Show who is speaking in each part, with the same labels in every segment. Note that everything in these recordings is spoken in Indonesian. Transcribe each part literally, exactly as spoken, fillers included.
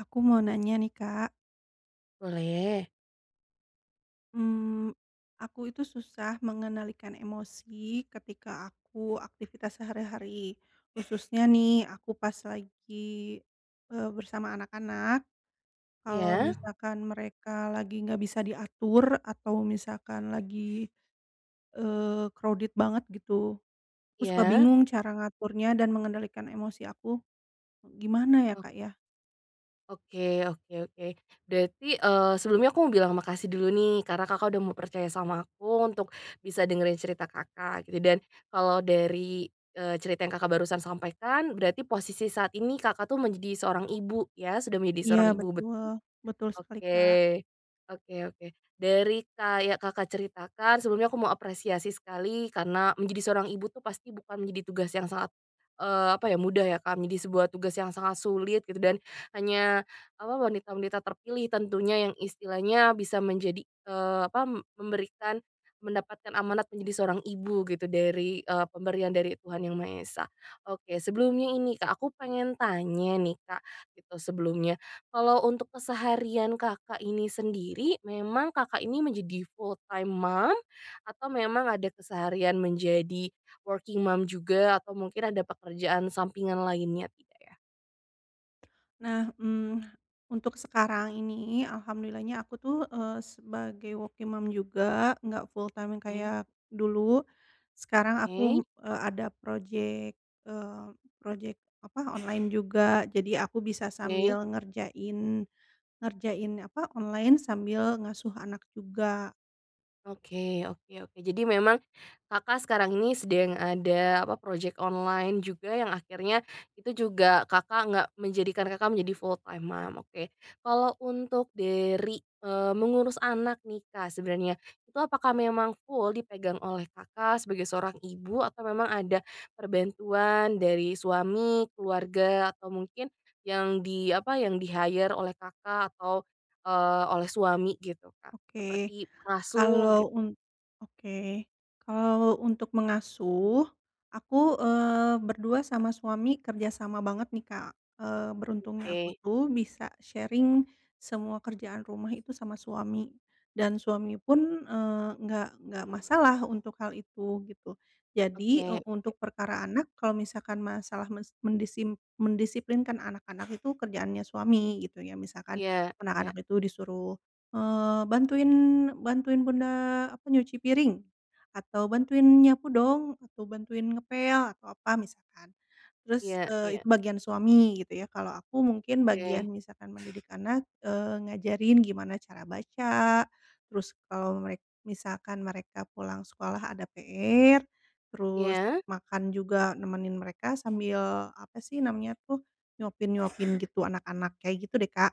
Speaker 1: Aku mau nanya nih, Kak.
Speaker 2: Boleh.
Speaker 1: mmm, aku itu susah mengendalikan emosi ketika aku aktivitas sehari-hari. Khususnya nih aku pas lagi, eee, bersama anak-anak, kalau
Speaker 2: Iya
Speaker 1: misalkan mereka lagi nggak bisa diatur atau misalkan lagi, eee, crowded banget gitu. Aku suka
Speaker 2: iya.
Speaker 1: bingung cara ngaturnya dan mengendalikan emosi aku, gimana ya,
Speaker 2: O
Speaker 1: Kak, ya?
Speaker 2: oke oke oke. Berarti, eee, sebelumnya aku mau bilang makasih dulu nih, karena Kakak udah mau percaya sama aku untuk bisa dengerin cerita Kakak gitu. Dan kalau dari, eee, cerita yang Kakak barusan sampaikan, berarti posisi saat ini Kakak tuh menjadi seorang ibu ya, sudah menjadi
Speaker 1: Iya
Speaker 2: seorang ibu, bet
Speaker 1: betul, betul sekali,
Speaker 2: Oke.
Speaker 1: Kak.
Speaker 2: Oke oke. Dari kayak Kakak ceritakan sebelumnya aku mau apresiasi sekali karena menjadi seorang ibu tuh pasti bukan menjadi tugas yang sangat, eee, apa ya, mudah ya, Kak, menjadi sebuah tugas yang sangat sulit gitu dan hanya, apa, wanita-wanita terpilih tentunya yang istilahnya bisa menjadi, eee, apa, m- memberikan mendapatkan amanat menjadi seorang ibu gitu dari, eee, pemberian dari Tuhan Yang Maha Esa. Oke, sebelumnya ini, Kak, aku pengen tanya nih, Kak, gitu sebelumnya kalau untuk keseharian Kakak ini sendiri, memang Kakak ini menjadi full time mom atau memang ada keseharian menjadi working mom juga atau mungkin ada pekerjaan sampingan lainnya tidak ya?
Speaker 1: Nah, mmm, untuk sekarang ini alhamdulillahnya aku tuh, eee, sebagai working mom juga, nggak full time
Speaker 2: Oke
Speaker 1: kayak dulu. Sekarang aku,
Speaker 2: oke
Speaker 1: eee, ada project eee, projek apa, online juga. Jadi aku bisa
Speaker 2: oke.
Speaker 1: sambil ngerjain ngerjain apa, online sambil ngasuh anak juga.
Speaker 2: Oke oke oke. Jadi memang Kakak sekarang ini sedang ada apa, project online juga yang akhirnya itu juga Kakak nggak menjadikan Kakak menjadi full time mom, oke. Kalau untuk dari, eee, mengurus anak nih, Kak, sebenarnya itu apakah memang full dipegang oleh Kakak sebagai seorang ibu atau memang ada perbantuan dari suami, keluarga, atau mungkin yang di apa, yang di-hire oleh Kakak atau, eee, oleh suami gitu, Kak?
Speaker 1: Oke,
Speaker 2: Seperti pengasuh
Speaker 1: kalau
Speaker 2: gitu,
Speaker 1: un oke, kalau untuk mengasuh, aku, eee, berdua sama suami kerjasama banget nih, Kak. Eee, beruntungnya
Speaker 2: oke
Speaker 1: aku tuh bisa sharing semua kerjaan rumah itu sama suami, dan suami pun, eee, nggak nggak masalah untuk hal itu, gitu. Jadi, e
Speaker 2: oke,
Speaker 1: untuk perkara anak, kalau misalkan masalah mes mendisim mendisiplinkan anak-anak itu kerjaannya suami, gitu ya. Misalkan
Speaker 2: iya iya
Speaker 1: anak-anak itu disuruh Eee, bantuin bantuin bunda, apa, nyuci piring, atau bantuin nyapu dong, atau bantuin ngepel, atau apa misalkan. Terus,
Speaker 2: iya
Speaker 1: eee,
Speaker 2: iya,
Speaker 1: itu bagian suami gitu ya, kalau aku mungkin bagian
Speaker 2: oke,
Speaker 1: misalkan mendidik anak, eee, ngajarin gimana cara baca, terus kalau merek misalkan mereka pulang sekolah ada P R, terus
Speaker 2: iya?
Speaker 1: makan juga nemenin mereka sambil, apa sih namanya tuh, nyuapin-nyuapin gitu anak-anak, kayak gitu deh, Kak.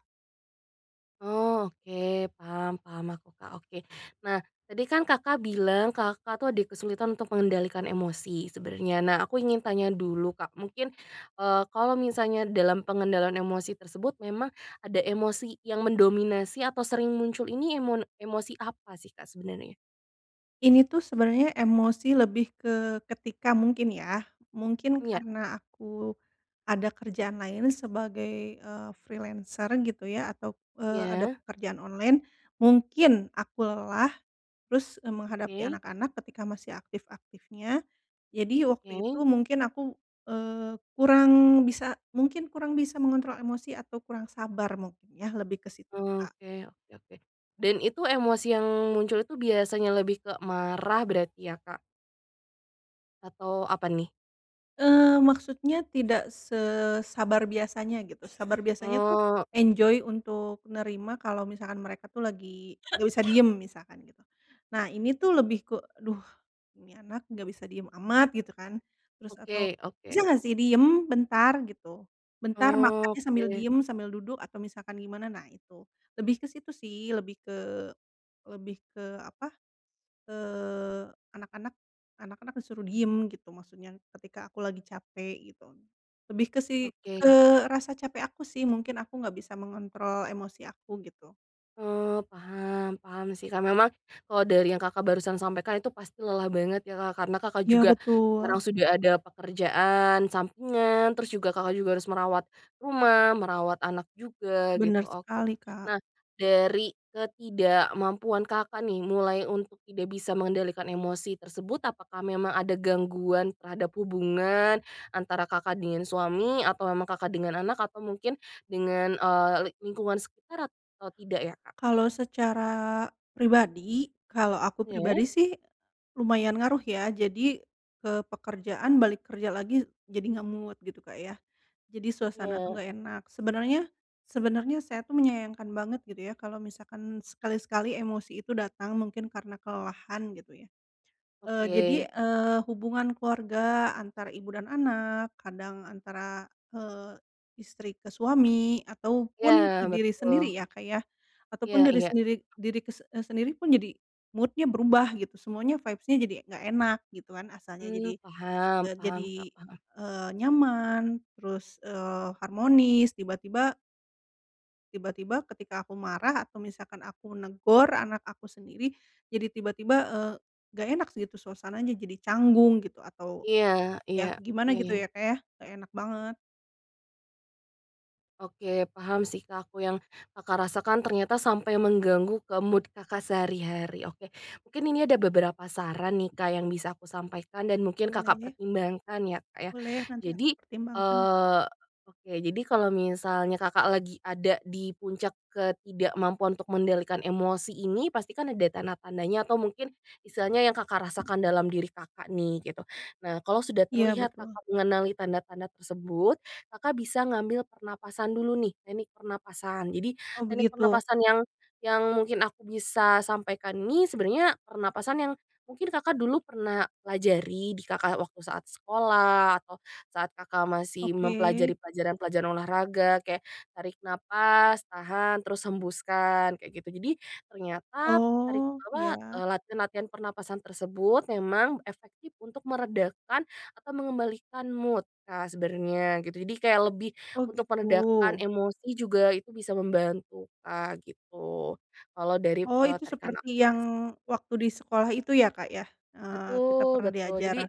Speaker 2: Oh, oke, paham paham aku, Kak, oke. Nah, tadi kan Kakak bilang Kakak tuh ada kesulitan untuk mengendalikan emosi sebenarnya. Nah, aku ingin tanya dulu, Kak, mungkin, eee, kalau misalnya dalam pengendalian emosi tersebut memang ada emosi yang mendominasi atau sering muncul ini emon emosi apa sih, Kak, sebenarnya?
Speaker 1: Ini tuh sebenarnya emosi lebih ke ketika mungkin ya, mungkin
Speaker 2: Iya
Speaker 1: karena aku ada kerjaan lain sebagai, eee, freelancer gitu ya atau, eee, ada
Speaker 2: iya,
Speaker 1: pekerjaan online, mungkin aku lelah terus, eee, menghadapi
Speaker 2: oke
Speaker 1: anak-anak ketika masih aktif-aktifnya. Jadi waktu itu
Speaker 2: oke.
Speaker 1: mungkin aku, eee, kurang bisa mungkin kurang bisa mengontrol emosi atau kurang sabar mungkin ya, lebih ke situ, Kak.
Speaker 2: Oke oke oke. Dan itu emosi yang muncul itu biasanya lebih ke marah berarti ya, Kak? Atau apa nih?
Speaker 1: Eee, maksudnya tidak sesabar biasanya gitu, sabar biasanya tuh
Speaker 2: Oh,
Speaker 1: enjoy untuk nerima kalau misalkan mereka tuh lagi nggak bisa diem misalkan gitu. Nah ini tuh lebih ke, "Aduh ini anak nggak bisa diem amat," gitu kan, terus
Speaker 2: oke
Speaker 1: atau,
Speaker 2: oke.
Speaker 1: "Bisa nggak sih diem bentar?" Gitu, bentar makannya sambil
Speaker 2: Oke
Speaker 1: diem, sambil duduk atau misalkan gimana, nah itu. Lebih ke situ sih, lebih ke lebih ke apa Eee, anak-anak anak-anak disuruh diem gitu maksudnya ketika aku lagi capek gitu. Lebih ke si
Speaker 2: oke.
Speaker 1: ke rasa capek aku sih mungkin aku nggak bisa mengontrol emosi aku gitu.
Speaker 2: Oh, paham paham sih, Kak. Memang kalau dari yang Kakak barusan sampaikan itu pasti lelah banget ya, Kak, karena Kakak
Speaker 1: Iya
Speaker 2: juga sekarang
Speaker 1: betul.
Speaker 2: sudah ada pekerjaan sampingan, terus juga Kakak juga harus merawat rumah, merawat anak juga
Speaker 1: Bener
Speaker 2: gitu, oke.
Speaker 1: sekali, Kak.
Speaker 2: Nah, dari ketidakmampuan Kakak nih, mulai untuk tidak bisa mengendalikan emosi tersebut, apakah memang ada gangguan terhadap hubungan antara Kakak dengan suami, atau memang Kakak dengan anak, atau mungkin dengan, eee, lingkungan sekitar atau tidak ya, Kak?
Speaker 1: Kalau secara pribadi, kalau aku
Speaker 2: Ya?
Speaker 1: pribadi sih lumayan ngaruh ya. Jadi ke pekerjaan balik kerja lagi jadi nggak mood gitu, Kak, ya. Jadi suasana tuh
Speaker 2: Ya,
Speaker 1: nggak enak. Sebenarnya sebenarnya saya tuh menyayangkan banget gitu ya kalau misalkan sekali-sekali emosi itu datang mungkin karena kelelahan gitu ya. Eee, jadi,
Speaker 2: oke.
Speaker 1: eee, hubungan keluarga antara ibu dan anak, kadang antara, eee, istri ke suami, ataupun ke
Speaker 2: Ya,
Speaker 1: diri sendiri
Speaker 2: betul.
Speaker 1: ya, Kak, ya,
Speaker 2: Iya
Speaker 1: ataupun dari
Speaker 2: iya.
Speaker 1: sendiri diri kes eee, sendiri pun jadi mood-nya berubah gitu, semuanya vibes-nya jadi nggak enak gitu kan, asalnya
Speaker 2: Mmm,
Speaker 1: jadi,
Speaker 2: paham
Speaker 1: eee,
Speaker 2: paham,
Speaker 1: jadi,
Speaker 2: Kak, paham.
Speaker 1: eee, nyaman, terus, eee, harmonis, tiba-tiba Tiba-tiba ketika aku marah atau misalkan aku negor anak aku sendiri, jadi tiba-tiba, eee, nggak enak gitu suasananya, jadi canggung gitu atau
Speaker 2: Iya
Speaker 1: ya
Speaker 2: iya,
Speaker 1: gimana gitu
Speaker 2: oke.
Speaker 1: ya, kayak ya, enak banget.
Speaker 2: Oke, paham sih Kak, aku yang Kakak rasakan ternyata sampai mengganggu ke mood Kakak sehari-hari. Oke, mungkin ini ada beberapa saran nih Kak yang bisa aku sampaikan dan mungkin Kakak
Speaker 1: Boleh
Speaker 2: pertimbangkan ya Kak ya.
Speaker 1: boleh, nanti aku
Speaker 2: Jadi,
Speaker 1: pertimbangkan.
Speaker 2: eee, oke, jadi kalau misalnya Kakak lagi ada di puncak ketidakmampuan untuk mengendalikan emosi ini, pasti kan ada tanda-tandanya atau mungkin istilahnya yang Kakak rasakan dalam diri Kakak nih gitu. Nah, kalau sudah
Speaker 1: Iya
Speaker 2: terlihat
Speaker 1: betul.
Speaker 2: Kakak mengenali tanda-tanda tersebut, Kakak bisa ngambil pernapasan dulu nih, teknik pernapasan. Jadi
Speaker 1: Oh
Speaker 2: teknik
Speaker 1: begitu?
Speaker 2: pernapasan yang yang mungkin aku bisa sampaikan ini sebenarnya pernapasan yang mungkin Kakak dulu pernah pelajari di Kakak waktu saat sekolah atau saat Kakak masih
Speaker 1: Oke.
Speaker 2: mempelajari pelajaran-pelajaran olahraga kayak tarik napas, tahan, terus hembuskan kayak gitu. Jadi ternyata tarik
Speaker 1: Oh,
Speaker 2: apa, eee,
Speaker 1: ya.
Speaker 2: latihan-latihan pernapasan tersebut memang efektif untuk meredakan atau mengembalikan mood, Kak, sebenarnya gitu. Jadi kayak lebih
Speaker 1: Oh
Speaker 2: untuk
Speaker 1: gitu.
Speaker 2: meredakan emosi juga itu bisa membantu, Kak, gitu. Kalau dari,
Speaker 1: Oh
Speaker 2: eee,
Speaker 1: itu
Speaker 2: tarikan
Speaker 1: seperti yang
Speaker 2: nafas.
Speaker 1: waktu di sekolah itu ya, Kak, ya? Eee, kita
Speaker 2: Betul
Speaker 1: pernah
Speaker 2: betul.
Speaker 1: diajar,
Speaker 2: Jadi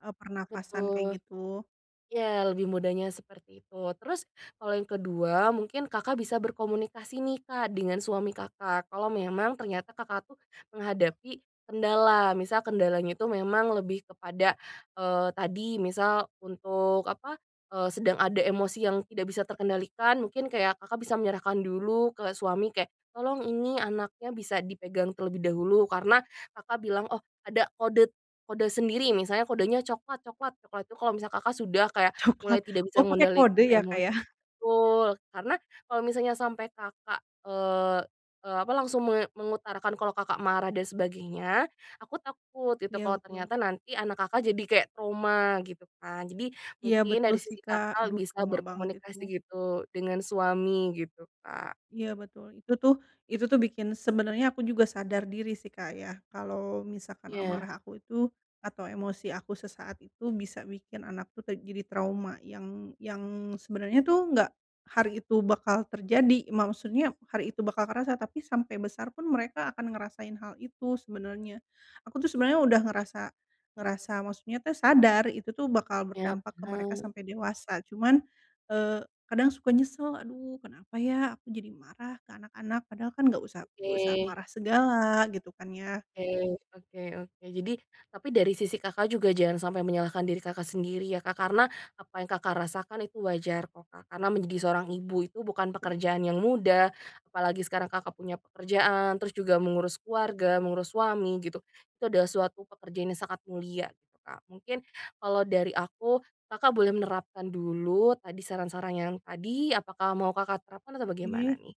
Speaker 1: eee, pernafasan kayak
Speaker 2: betul.
Speaker 1: gitu.
Speaker 2: Ya lebih mudahnya seperti itu. Terus kalau yang kedua, mungkin Kakak bisa berkomunikasi nih, Kak, dengan suami Kakak. Kalau memang ternyata Kakak tuh menghadapi kendala, misal kendalanya itu memang lebih kepada, eee, tadi misal untuk apa, eee, sedang ada emosi yang tidak bisa terkendalikan, mungkin kayak Kakak bisa menyerahkan dulu ke suami kayak, "Tolong ini anaknya bisa dipegang terlebih dahulu," karena Kakak bilang, "Oh, ada kode Kode sendiri, misalnya kodenya coklat coklat coklat, itu kalau misal Kakak sudah kayak
Speaker 1: Coklat.
Speaker 2: mulai tidak bisa
Speaker 1: Oh pakai kode
Speaker 2: mengendalikan
Speaker 1: ya, Kak, ya?
Speaker 2: emosi betul, karena kalau misalnya sampai Kakak, eee eee, apa, langsung me mengutarakan kalau Kakak marah dan sebagainya, aku takut gitu
Speaker 1: Iya
Speaker 2: kalau
Speaker 1: betul.
Speaker 2: ternyata nanti anak Kakak jadi kayak trauma gitu kan. Jadi
Speaker 1: Iya
Speaker 2: mungkin
Speaker 1: betul
Speaker 2: dari
Speaker 1: sih
Speaker 2: sisi
Speaker 1: Kak,
Speaker 2: Kakak
Speaker 1: aduh
Speaker 2: bisa
Speaker 1: trauma banget itu.
Speaker 2: berkomunikasi gitu dengan suami gitu, Kak.
Speaker 1: Iya betul, itu tuh itu tuh bikin sebenarnya aku juga sadar diri sih Kak ya, kalau misalkan
Speaker 2: Iya.
Speaker 1: amarah aku itu atau emosi aku sesaat itu bisa bikin anak tuh ter jadi trauma yang yang sebenarnya tuh nggak hari itu bakal terjadi, maksudnya hari itu bakal kerasa, tapi sampai besar pun mereka akan ngerasain hal itu sebenarnya. Aku tuh sebenarnya udah ngerasa ngerasa maksudnya tuh sadar itu tuh bakal
Speaker 2: Iya,
Speaker 1: berdampak ke mereka
Speaker 2: paham,
Speaker 1: sampai dewasa, cuman, eh, kadang suka nyesel, "Aduh kenapa ya aku jadi marah ke anak-anak?" Padahal kan nggak usah
Speaker 2: oke.
Speaker 1: nggak usah marah segala gitu kan ya.
Speaker 2: Oke oke oke. Jadi, tapi dari sisi Kakak juga jangan sampai menyalahkan diri Kakak sendiri ya Kak, karena apa yang Kakak rasakan itu wajar kok Kak, karena menjadi seorang ibu itu bukan pekerjaan yang mudah, apalagi sekarang Kakak punya pekerjaan, terus juga mengurus keluarga, mengurus suami gitu, itu adalah suatu pekerjaan yang sangat mulia gitu Kak. Mungkin kalau dari aku, Kakak boleh menerapkan dulu tadi saran-saran yang tadi, apakah mau Kakak terapkan atau bagaimana
Speaker 1: Oke.
Speaker 2: nih?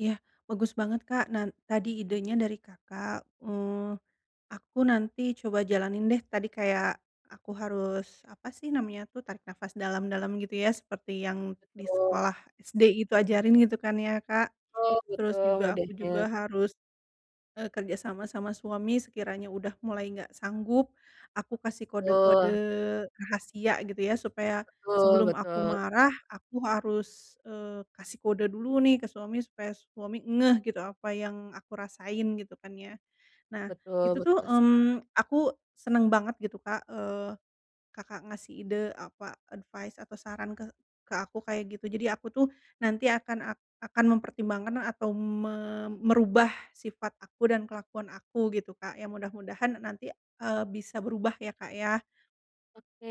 Speaker 1: Ya bagus banget Kak, nah tadi idenya dari Kakak, eee, aku nanti coba jalanin deh tadi kayak aku harus apa sih namanya tuh, tarik nafas dalam-dalam gitu ya seperti yang di
Speaker 2: Betul
Speaker 1: sekolah S D itu ajarin gitu kan ya Kak.
Speaker 2: betul
Speaker 1: Terus
Speaker 2: betul,
Speaker 1: juga aku
Speaker 2: mudahnya,
Speaker 1: juga harus Eee, kerja sama sama suami sekiranya udah mulai nggak sanggup, aku kasih kode-kode
Speaker 2: betul.
Speaker 1: rahasia gitu ya, supaya
Speaker 2: Betul
Speaker 1: sebelum aku
Speaker 2: betul
Speaker 1: marah, aku harus, eee, kasih kode dulu nih ke suami supaya suami ngeh gitu apa yang aku rasain gitu kan ya. Nah,
Speaker 2: betul
Speaker 1: itu tuh,
Speaker 2: betul sekali.
Speaker 1: mmm, aku seneng banget gitu Kak, eee Kakak ngasih ide, apa, advice atau saran ke ke aku kayak gitu. Jadi aku tuh nanti akan ak akan mempertimbangkan atau me merubah sifat aku dan kelakuan aku gitu, Kak, ya mudah-mudahan nanti, eee, bisa berubah ya, Kak, ya.
Speaker 2: Oke,